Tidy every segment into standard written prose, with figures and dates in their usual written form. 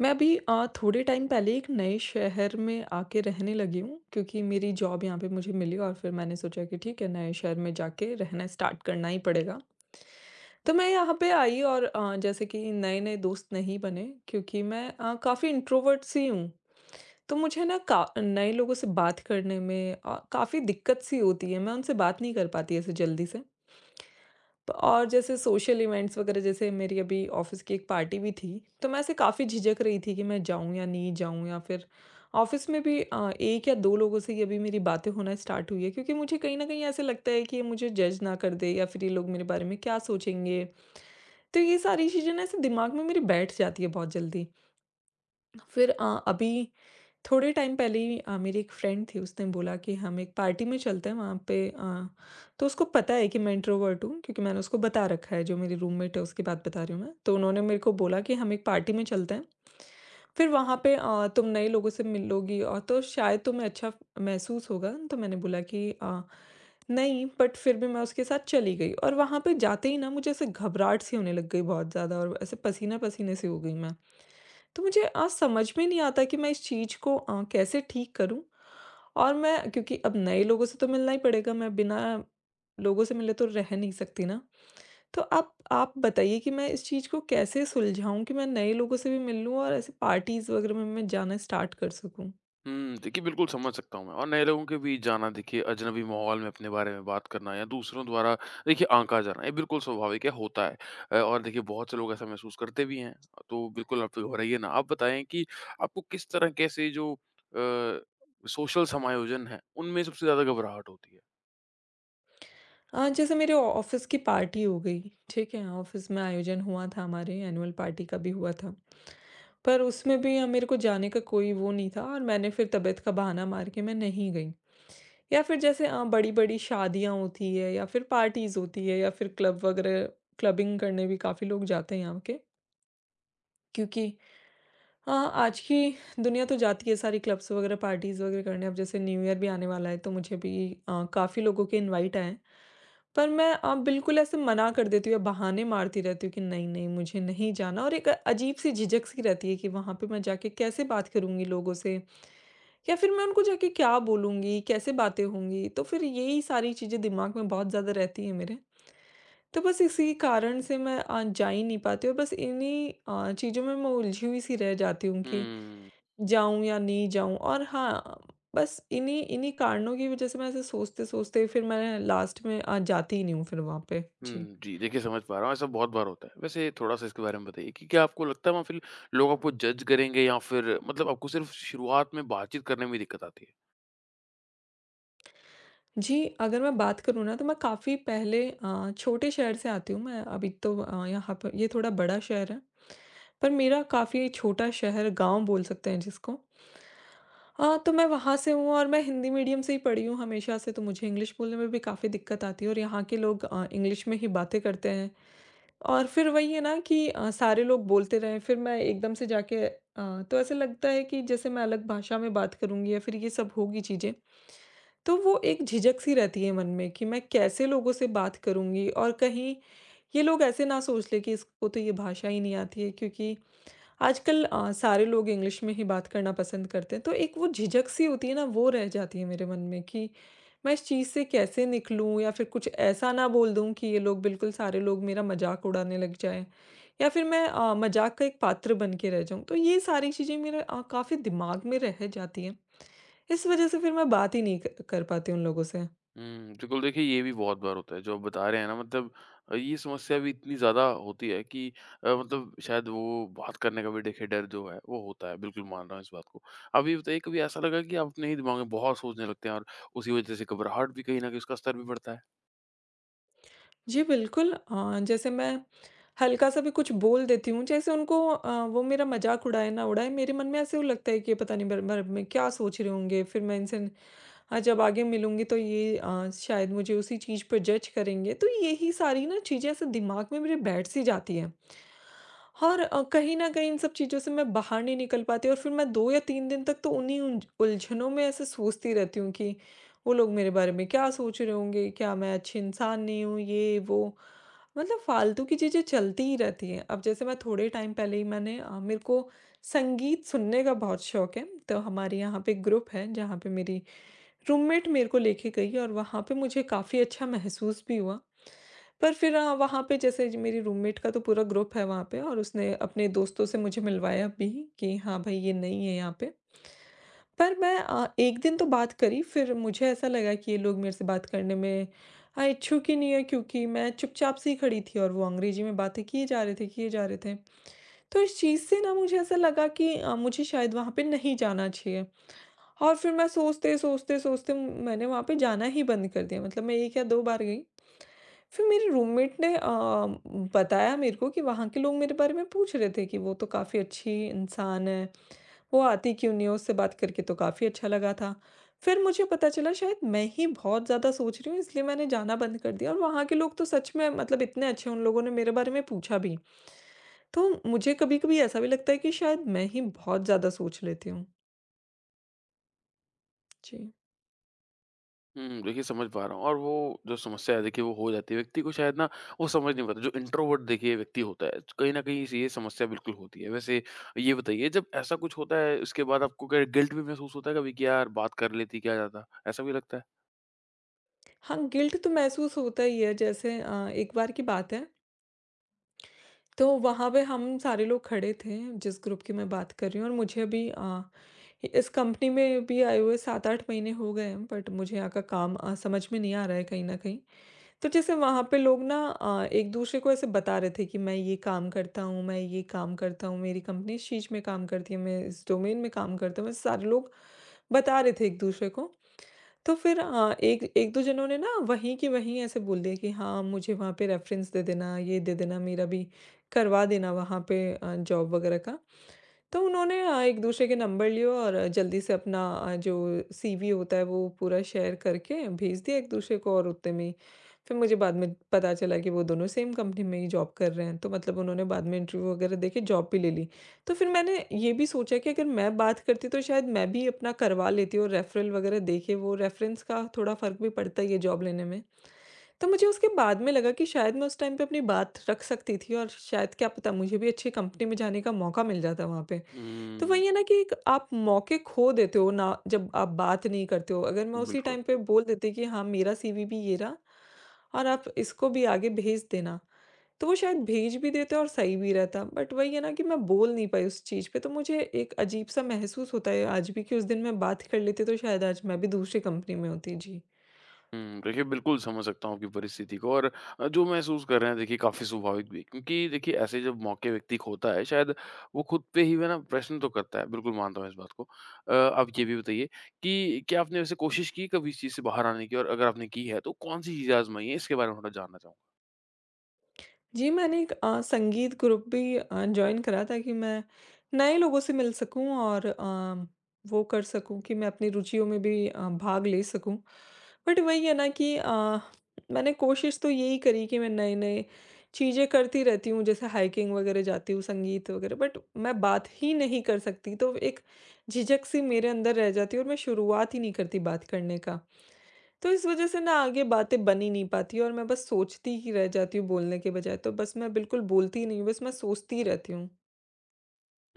मैं अभी थोड़े टाइम पहले एक नए शहर में आके रहने लगी हूँ क्योंकि मेरी जॉब यहाँ पे मुझे मिली और फिर मैंने सोचा कि ठीक है नए शहर में जाके रहना स्टार्ट करना ही पड़ेगा। तो मैं यहाँ पे आई और जैसे कि नए-नए दोस्त नहीं बने क्योंकि मैं काफ़ी इंट्रोवर्ट सी हूँ। तो मुझे ना का नए लोगों से बात करने में काफ़ी दिक्कत सी होती है, मैं उनसे बात नहीं कर पाती ऐसे जल्दी से। तो और जैसे सोशल इवेंट्स वगैरह जैसे मेरी अभी ऑफिस की एक पार्टी भी थी तो मैं ऐसे काफ़ी झिझक रही थी कि मैं जाऊं या नहीं जाऊं या फिर ऑफिस में भी एक या दो लोगों से ये अभी मेरी बातें होना स्टार्ट हुई है क्योंकि मुझे कहीं ना कहीं ऐसे लगता है कि ये मुझे जज ना कर दे या फिर ये लोग मेरे बारे में क्या सोचेंगे। तो ये सारी चीज़ें ना ऐसे दिमाग में मेरे बैठ जाती है बहुत जल्दी। फिर अभी थोड़े टाइम पहले ही मेरी एक फ्रेंड थी उसने बोला कि हम एक पार्टी में चलते हैं वहाँ पे तो उसको पता है कि मैं इंट्रोवर्ट हूँ क्योंकि मैंने उसको बता रखा है, जो मेरी रूममेट है उसकी बात बता रही हूँ मैं, तो उन्होंने मेरे को बोला कि हम एक पार्टी में चलते हैं। फिर वहाँ पे तुम नए लोगों से मिलोगी और तो शायद तुम्हें अच्छा महसूस होगा। तो मैंने बोला कि नहीं, बट फिर भी मैं उसके साथ चली गई और वहाँ पे जाते ही ना मुझे ऐसे घबराहट सी होने लग गई बहुत ज़्यादा और ऐसे पसीना पसीने सी हो गई मैं। तो मुझे आज समझ में नहीं आता कि मैं इस चीज़ को कैसे ठीक करूँ? और मैं क्योंकि अब नए लोगों से तो मिलना ही पड़ेगा, मैं बिना लोगों से मिले तो रह नहीं सकती ना। तो आप बताइए कि मैं इस चीज़ को कैसे सुलझाऊँ कि मैं नए लोगों से भी मिल लूँ और ऐसे पार्टीज़ वग़ैरह में मैं जाना स्टार्ट कर सकूँ? देखिए बिल्कुल समझ सकता हूँ मैं और नए लोगों के बीच जाना देखिए अजनबी माहौल में अपने बारे में बात करना या दूसरों द्वारा देखिए आँका जाना ये बिल्कुल स्वाभाविक है, होता है। और देखिए बहुत से लोग ऐसा महसूस करते भी हैं, तो बिल्कुल आप घबराइए ना। आप बताएँ कि आपको किस तरह कैसे जो सोशल समायोजन है, उनमें सबसे ज़्यादा घबराहट होती है? जैसे मेरे ऑफ़िस की पार्टी हो गई, ठीक है? ऑफ़िस में आयोजन हुआ था, हमारे एनुअल पार्टी का भी हुआ था। पर उसमें भी मेरे को जाने का कोई वो नहीं था और मैंने फिर तबीयत का बहाना मार के मैं नहीं गई। या फिर जैसे बड़ी-बड़ी शादियाँ होती है या फिर पार्टीज़ होती है या फिर क्लब वगैरह, क्लबिंग करने भी काफ़ी लोग जाते हैं यहाँ के। क्योंकि हाँ, आज की दुनिया तो जाती है सारी क्लब्स वगैरह पार्टीज़ वगैरह करने। अब जैसे न्यू ईयर भी आने वाला है तो मुझे भी काफ़ी लोगों के इनवाइट आए हैं। पर मैं बिल्कुल ऐसे मना कर देती हूँ या बहाने मारती रहती हूँ कि नहीं-नहीं मुझे नहीं जाना, और एक अजीब-सी झिझक-सी रहती है कि वहाँ पे मैं जाके कैसे बात करूँगी लोगों से? या फिर मैं उनको जाके क्या बोलूँगी? कैसे बातें होंगी? तो फिर यही सारी चीज़ें दिमाग में बहुत ज़्यादा रहती हैं मेरे। तो बस इसी कारण से मैं जा ही नहीं पाती और बस इन्हीं चीज़ों में मैं उलझी हुई-सी रह जाती हूँ कि हुँ। जाऊँ या नहीं जाऊँ। और हाँ, बस इन्हीं इन्हीं कारणों की वजह से मैं ऐसे सोचते-सोचते फिर मैं लास्ट में जाती ही नहीं हूँ फिर वहाँ पे। जी। जी, देखिए समझ पा रहा हूँ, ऐसा बहुत बार होता है। वैसे थोड़ा-सा इसके बारे में बताइए कि क्या आपको लगता है वहाँ फिर लोग आपको जज करेंगे या फिर मतलब आपको सिर्फ़ शुरुआत में बातचीत करने में दिक्कत आती है? जी, अगर मैं बात करूँ ना तो मैं काफ़ी पहले छोटे शहर से आती हूँ, मैं अभी तो यहाँ पर ये थोड़ा बड़ा शहर है। पर मेरा काफ़ी छोटा शहर, गाँव बोल सकते हैं जिसको। तो मैं वहाँ से हूँ और मैं हिंदी मीडियम से ही पढ़ी हूँ हमेशा से, तो मुझे इंग्लिश बोलने में भी काफ़ी दिक्कत आती है और यहाँ के लोग इंग्लिश में ही बातें करते हैं। और फिर वही है ना कि सारे लोग बोलते रहे, फिर मैं एकदम से जाके तो ऐसे लगता है कि जैसे मैं अलग भाषा में बात करूंगी या फिर ये सब होगी चीजें। तो वो एक झिझक सी रहती है मन में कि मैं कैसे लोगों से बात करूंगी और कहीं ये लोग ऐसे ना सोच ले कि इसको तो ये भाषा ही नहीं आती है, क्योंकि आजकल सारे लोग इंग्लिश में ही बात करना पसंद करते हैं। तो एक वो झिझक सी होती है ना, वो रह जाती है मेरे मन में कि मैं इस चीज़ से कैसे निकलूं या फिर कुछ ऐसा ना बोल दूं कि ये लोग, बिल्कुल सारे लोग मेरा मजाक उड़ाने लग जाएं या फिर मैं मजाक का एक पात्र बन के रह जाऊं। तो ये सारी चीज़ें मेरे काफ़ी दिमाग में रह जाती हैं। इस वजह से फिर मैं बात ही नहीं कर पाती उन लोगों से। बिल्कुल देखिए ये भी बहुत बार होता है जो आप बता रहे हैं ना मतलब ये समस्या भी इतनी ज़्यादा होती है कि मतलब शायद वो बात करने का भी देखिए डर जो है वो होता है, बिल्कुल मान रहा हूँ इस बात को। अब ये बताइए कभी ऐसा लगा कि आप अपने ही दिमाग में बहुत सोचने लगते हैं और उसी वजह से घबराहट भी कहीं न कहीं उसका स्तर भी बढ़ता है? जी, बिल्कुल। जैसे मैं हल्का-सा भी कुछ बोल देती हूँ, जैसे उनको वो मेरा मज़ाक उड़ाए ना उड़ाए, मेरे मन में ऐसे वो लगता है कि ये पता नहीं मेरे बारे में क्या सोच रहे होंगे। फिर मैं इनसे जब आगे मिलूँगी तो ये शायद मुझे उसी चीज़ पर जज करेंगे। तो यही सारी ना चीज़ें ऐसे दिमाग में मेरे बैठ-सी जाती हैं। और कहीं न कहीं इन सब चीज़ों से मैं बाहर नहीं निकल पाती और फिर मैं 2 या 3 दिन तक तो उन्हीं उलझनों में ऐसे सोचती रहती हूँ कि वो लोग मेरे बारे में क्या सोच रहे होंगे? क्या मैं अच्छी इंसान नहीं हूँ? ये, वो। मतलब फालतू की चीज़ें चलती ही रहती हैं। अब जैसे मैं थोड़े टाइम पहले ही मैंने मेरे को संगीत सुनने का बहुत शौक है। तो हमारे यहाँ पे ग्रुप है जहाँ पे मेरी रूममेट मेरे को लेके गई और वहाँ पे मुझे काफ़ी अच्छा महसूस भी हुआ। पर फिर वहाँ पे जैसे ज मेरी रूममेट का तो पूरा ग्रुप है वहाँ पे, और उसने अपने दोस्तों से मुझे मिलवाया भी कि हाँ भाई ये नहीं है यहाँ पे। पर मैं 1 दिन तो बात करी, फिर मुझे ऐसा लगा कि ये लोग मेरे से बात करने में इच्छुक ही नहीं है, क्योंकि मैं चुपचाप सी खड़ी थी और वो अंग्रेजी में बातें किए जा रहे थे, किए जा रहे थे। तो इस चीज़ से ना मुझे ऐसा लगा कि मुझे शायद वहाँ पे नहीं जाना चाहिए। और फिर मैं सोचते, सोचते, सोचते मैंने वहाँ पे जाना ही बंद कर दिया, मतलब मैं 1 या 2 बार गई। फिर मेरे रूममेट ने बताया मेरे को कि वहाँ के लोग मेरे बारे में पूछ रहे थे कि वो तो काफ़ी अच्छी इंसान है, वो आती क्यों नहीं है? उससे बात करके तो काफ़ी अच्छा लगा था। फिर मुझे पता चला शायद मैं ही बहुत ज़्यादा सोच रही हूँ इसलिए मैंने जाना बंद कर दिया, और वहाँ के लोग तो सच में मतलब इतने अच्छे, उन लोगों ने मेरे बारे में पूछा भी। तो मुझे कभी-कभी ऐसा भी लगता है कि शायद मैं ही बहुत ज़्यादा सोच लेती हूँ। जी। देखिए समझ पा रहा हूँ और वो जो समस्या है देखिए वो हो जाती है, व्यक्ति को शायद ना वो समझ नहीं पाता जो इंट्रोवर्ट देखिए व्यक्ति होता है, कहीं न कहीं ये समस्या बिल्कुल होती है। वैसे ये बताइए जब ऐसा कुछ होता है उसके बाद आपको क्या गिल्ट भी महसूस होता है कभी कि यार बात कर लेती क्या जाता? ऐसा भी लगता है? हाँ, गिल्ट तो महसूस होता ही है। जैसे एक बार की बात है, तो वहाँ पे हम सारे लोग खड़े थे जिस ग्रुप की मैं बात कर रही हूँ, और मुझे अभी इस कंपनी में भी आए हुए 7-8 महीने हो गए हैं, बट मुझे यहाँ का काम समझ में नहीं आ रहा है कहीं ना कहीं। तो जैसे वहाँ पे लोग ना एक दूसरे को ऐसे बता रहे थे कि मैं ये काम करता हूँ, मैं ये काम करता हूँ, मेरी कंपनी इस चीज़ में काम करती है, मैं इस डोमेन में काम करता हूँ, ऐसे सारे लोग बता रहे थे एक दूसरे को। तो फिर एक 1-2 जनों ने ना वहीं की वहीं ऐसे बोल दिया कि हाँ, मुझे वहाँ पे रेफ़रेंस दे देना, ये दे देना, मेरा भी करवा देना वहाँ पे जॉब वग़ैरह का। तो उन्होंने एक दूसरे के नंबर लिए और जल्दी से अपना जो सीवी होता है वो पूरा शेयर करके भेज दिया एक दूसरे को, और उतने में ही फिर मुझे बाद में पता चला कि वो दोनों सेम कंपनी में ही जॉब कर रहे हैं, तो मतलब उन्होंने बाद में इंटरव्यू वगैरह देके जॉब भी ले ली। तो फिर मैंने ये भी सोचा कि अगर मैं बात करती तो शायद मैं भी अपना करवा लेती और रेफरल वगैरह देके, वो रेफरेंस का थोड़ा फर्क भी पड़ता ही है जॉब लेने में। तो मुझे उसके बाद में लगा कि शायद मैं उस टाइम पे अपनी बात रख सकती थी और शायद क्या पता मुझे भी अच्छी कंपनी में जाने का मौका मिल जाता वहाँ पे। तो हुँ, वही है ना कि एक आप मौके खो देते हो ना जब आप बात नहीं करते हो। अगर मैं उसी बिल्कुल। टाइम पे बोल देती कि हाँ, मेरा सीवी भी ये रहा और आप इसको भी आगे भेज देना, तो वो शायद भेज भी देते और सही भी रहता। बट वही है ना कि मैं बोल नहीं पाई उस चीज़ पे, तो मुझे एक अजीब-सा महसूस होता है आज भी कि उस दिन मैं बात कर लेती तो शायद आज मैं भी दूसरी कंपनी में होती। जी। देखिए बिल्कुल समझ सकता हूँ आपकी परिस्थिति को और जो महसूस कर रहे हैं देखिए काफ़ी स्वाभाविक भी है क्योंकि देखिए ऐसे जब मौके व्यक्ति खोता है शायद वो खुद पे ही वो ना प्रश्न तो करता है, बिल्कुल मानता हूँ इस बात को। आप ये भी बताइए कि क्या आपने वैसे कोशिश की कभी इस चीज़ से बाहर आने की और अगर आपने की है तो कौन-सी चीज़ें आज़माई हैं? इसके बारे में थोड़ा जानना चाहूँगा। जी, मैंने एक संगीत ग्रुप भी जॉइन करा ताकि मैं नए लोगों से मिल सकूँ और वो कर सकूँ कि मैं अपनी रुचियों में भी भाग ले सकूँ। बट वही है ना कि मैंने कोशिश तो यही करी कि मैं नए-नए चीज़ें करती रहती हूँ, जैसे हाइकिंग वगैरह जाती हूँ, संगीत वगैरह, बट मैं बात ही नहीं कर सकती, तो एक झिझक-सी मेरे अंदर रह जाती है और मैं शुरुआत ही नहीं करती बात करने का। तो इस वज़ह से ना आगे बातें बन ही नहीं पाती और मैं बस सोचती ही रह जाती हूँ बोलने के बजाय, तो बस मैं बिल्कुल बोलती ही नहीं हूँ, बस मैं सोचती ही रहती हूँ।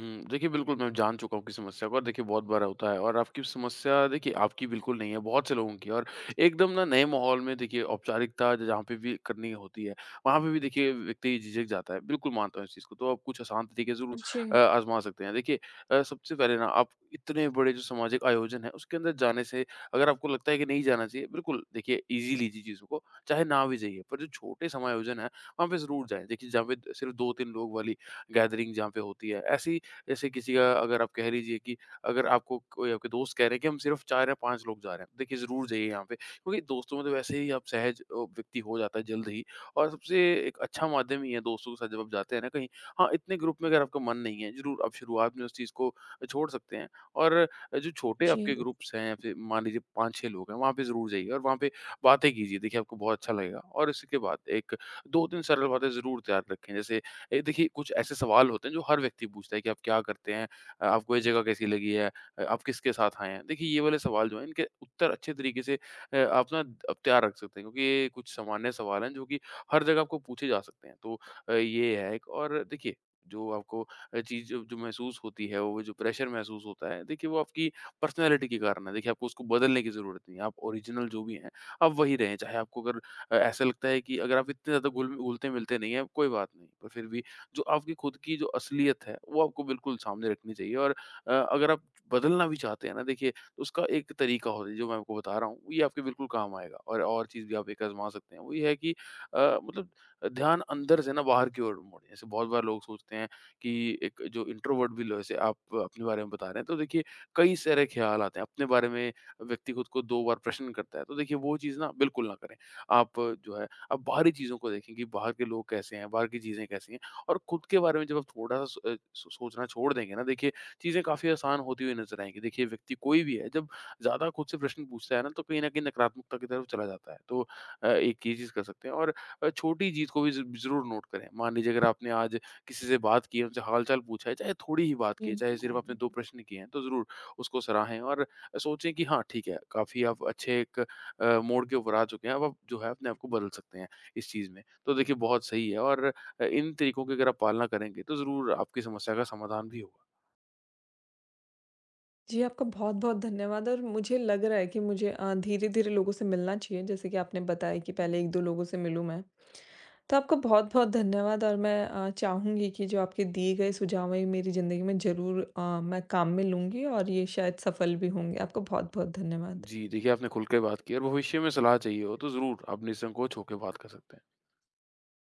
देखिए बिल्कुल मैं जान चुका हूँ आपकी समस्या को और देखिए बहुत बार होता है और आपकी समस्या देखिए आपकी बिल्कुल नहीं है, बहुत से लोगों की है और एकदम ना नए माहौल में देखिए औपचारिकता जहाँ पे भी करनी होती है, वहाँ पे भी देखिए व्यक्ति झिझक जाता है। बिल्कुल मानता हूँ इस चीज़ को, तो आप कुछ आसान तरीके ज़रूर जी, आज़मा सकते हैं। देखिए सबसे पहले ना आप इतने बड़े जो सामाजिक आयोजन है, उसके अंदर जाने से अगर आपको लगता है कि नहीं जाना चाहिए, बिल्कुल देखिए ईज़ी लीजिए चीज़ों को, चाहे ना भी जाइए। पर जो छोटे समायोजन हैं, वहाँ पे ज़रूर जाएँ। देखिए जहाँ पे सिर्फ़ 2-3 लोग वाली गैदरिंग जहाँ पे होती है, ऐसी जैसे किसी का अगर आप कह लीजिए कि अगर आपको कोई आपके दोस्त कह रहे हैं कि हम सिर्फ 4 या 5 लोग जा रहे हैं, देखिए ज़रूर जाइए यहाँ पे क्योंकि दोस्तों में तो वैसे ही आप सहज व्यक्ति हो जाता है जल्द ही और सबसे एक अच्छा माध्यम ही है दोस्तों के साथ जब आप जाते हैं ना कहीं। हाँ, इतने ग्रुप में अगर आपका मन नहीं है, ज़रूर आप शुरुआत में उस चीज़ को छोड़ सकते हैं और जो छोटे जी, आपके ग्रुप्स हैं, फिर मान लीजिए 5-6 लोग हैं, वहाँ पे ज़रूर जाइए और वहाँ पे बातें कीजिए, देखिए आपको बहुत अच्छा लगेगा और इसके बाद एक 2-3 सरल बातें ज़रूर तैयार रखें जैसे देखिए कुछ ऐसे सवाल होते हैं जो हर व्यक्ति पूछता है कि आप क्या करते हैं? आपको ये जगह कैसी लगी है? आप किसके साथ आए हैं? देखिए ये वाले सवाल जो हैं इनके उत्तर अच्छे तरीके से अ, आप ना द आप तैयार रख सकते हैं क्योंकि ये कुछ सामान्य सवाल हैं जो कि हर जगह आपको पूछे जा सकते हैं। तो ये है एक और देखिए जो आपको चीज़ जो जो महसूस होती है वो जो प्रेशर महसूस होता है देखिए वो आपकी पर्सनैलिटी के कारण है। देखिए आपको उसको बदलने की ज़रूरत नहीं है। आप ओरिजिनल जो भी हैं आप वही रहें। चाहे आपको अगर ऐसा लगता है कि अगर आप इतने ज़्यादा घुलते-मिलते नहीं हैं कोई बात नहीं। पर फिर भी जो आपकी खुद की जो असलियत है, वो आपको बिल्कुल सामने रखनी चाहिए और अगर आप बदलना भी चाहते हैं ना देखिए, तो उसका एक तरीका होता है जो मैं आपको बता रहा हूँ, ये आपके बिल्कुल काम आएगा और चीज़ भी आप एक आज़मा सकते हैं। वो ये है कि मतलब ध्यान अंदर से ना बाहर की ओर मोड़ें। जैसे बहुत बार लोग सोचते हैं कि एक जो इंट्रोवर्ट भी लोग जैसे आप अपने बारे में बता रहे हैं, तो देखिए कई सारे ख्याल आते हैं। अपने बारे में व्यक्ति खुद को 2 बार प्रश्न करता है, तो देखिए वो चीज़ ना बिल्कुल ना करें। आप जो है, आप बाहरी चीज़ों को देखें कि बाहर के लोग कैसे हैं, बाहर की चीज़ें कैसी हैं। और खुद के बारे में जब आप थोड़ा-सा सोचना छोड़ देंगे ना देखिए, चीज़ें काफ़ी आसान होती हुई नज़र आएँगी। देखिए व्यक्ति कोई भी है जब ज़्यादा खुद से प्रश्न पूछता है ना तो कहीं न कहीं नकारात्मकता की तरफ चला जाता है। तो एक ये चीज़ कर सकते हैं और छोटी जीत को भी ज़ ज़रूर नोट करें। मान लीजिए अगर आपने आज किसी से बात की है, उनसे हाल-चाल पूछा है, चाहे थोड़ी ही बात की है, चाहे सिर्फ़ आपने जी। 2 प्रश्न किए हैं, तो ज़रूर उसको सराहें और सोचें कि हाँ, ठीक है, काफ़ी आप अच्छे एक मोड़ के ऊपर आ चुके हैं। अब आप जो है अपने आप को बदल सकते हैं इस चीज़ में। तो देखिए बहुत सही है और इन तरीकों की अगर आप पालना करेंगे तो ज़रूर आपकी समस्या का समाधान भी होगा। जी, आपका बहुत-बहुत धन्यवाद और मुझे लग रहा है कि मुझे धीरे-धीरे लोगों से मिलना चाहिए, जैसे कि आपने बताया कि पहले 1-2 लोगों से मिलूँ मैं। तो आपका बहुत-बहुत धन्यवाद और मैं चाहूँगी कि जो आपके दिए गए सुझाव हैं ये मेरी ज़िंदगी में ज़रूर मैं काम में लूँगी और ये शायद सफल भी होंगे। आपका बहुत-बहुत धन्यवाद। जी, देखिए आपने खुल के बात की और भविष्य में सलाह चाहिए हो तो ज़रूर आप निसंकोच होके बात कर सकते हैं।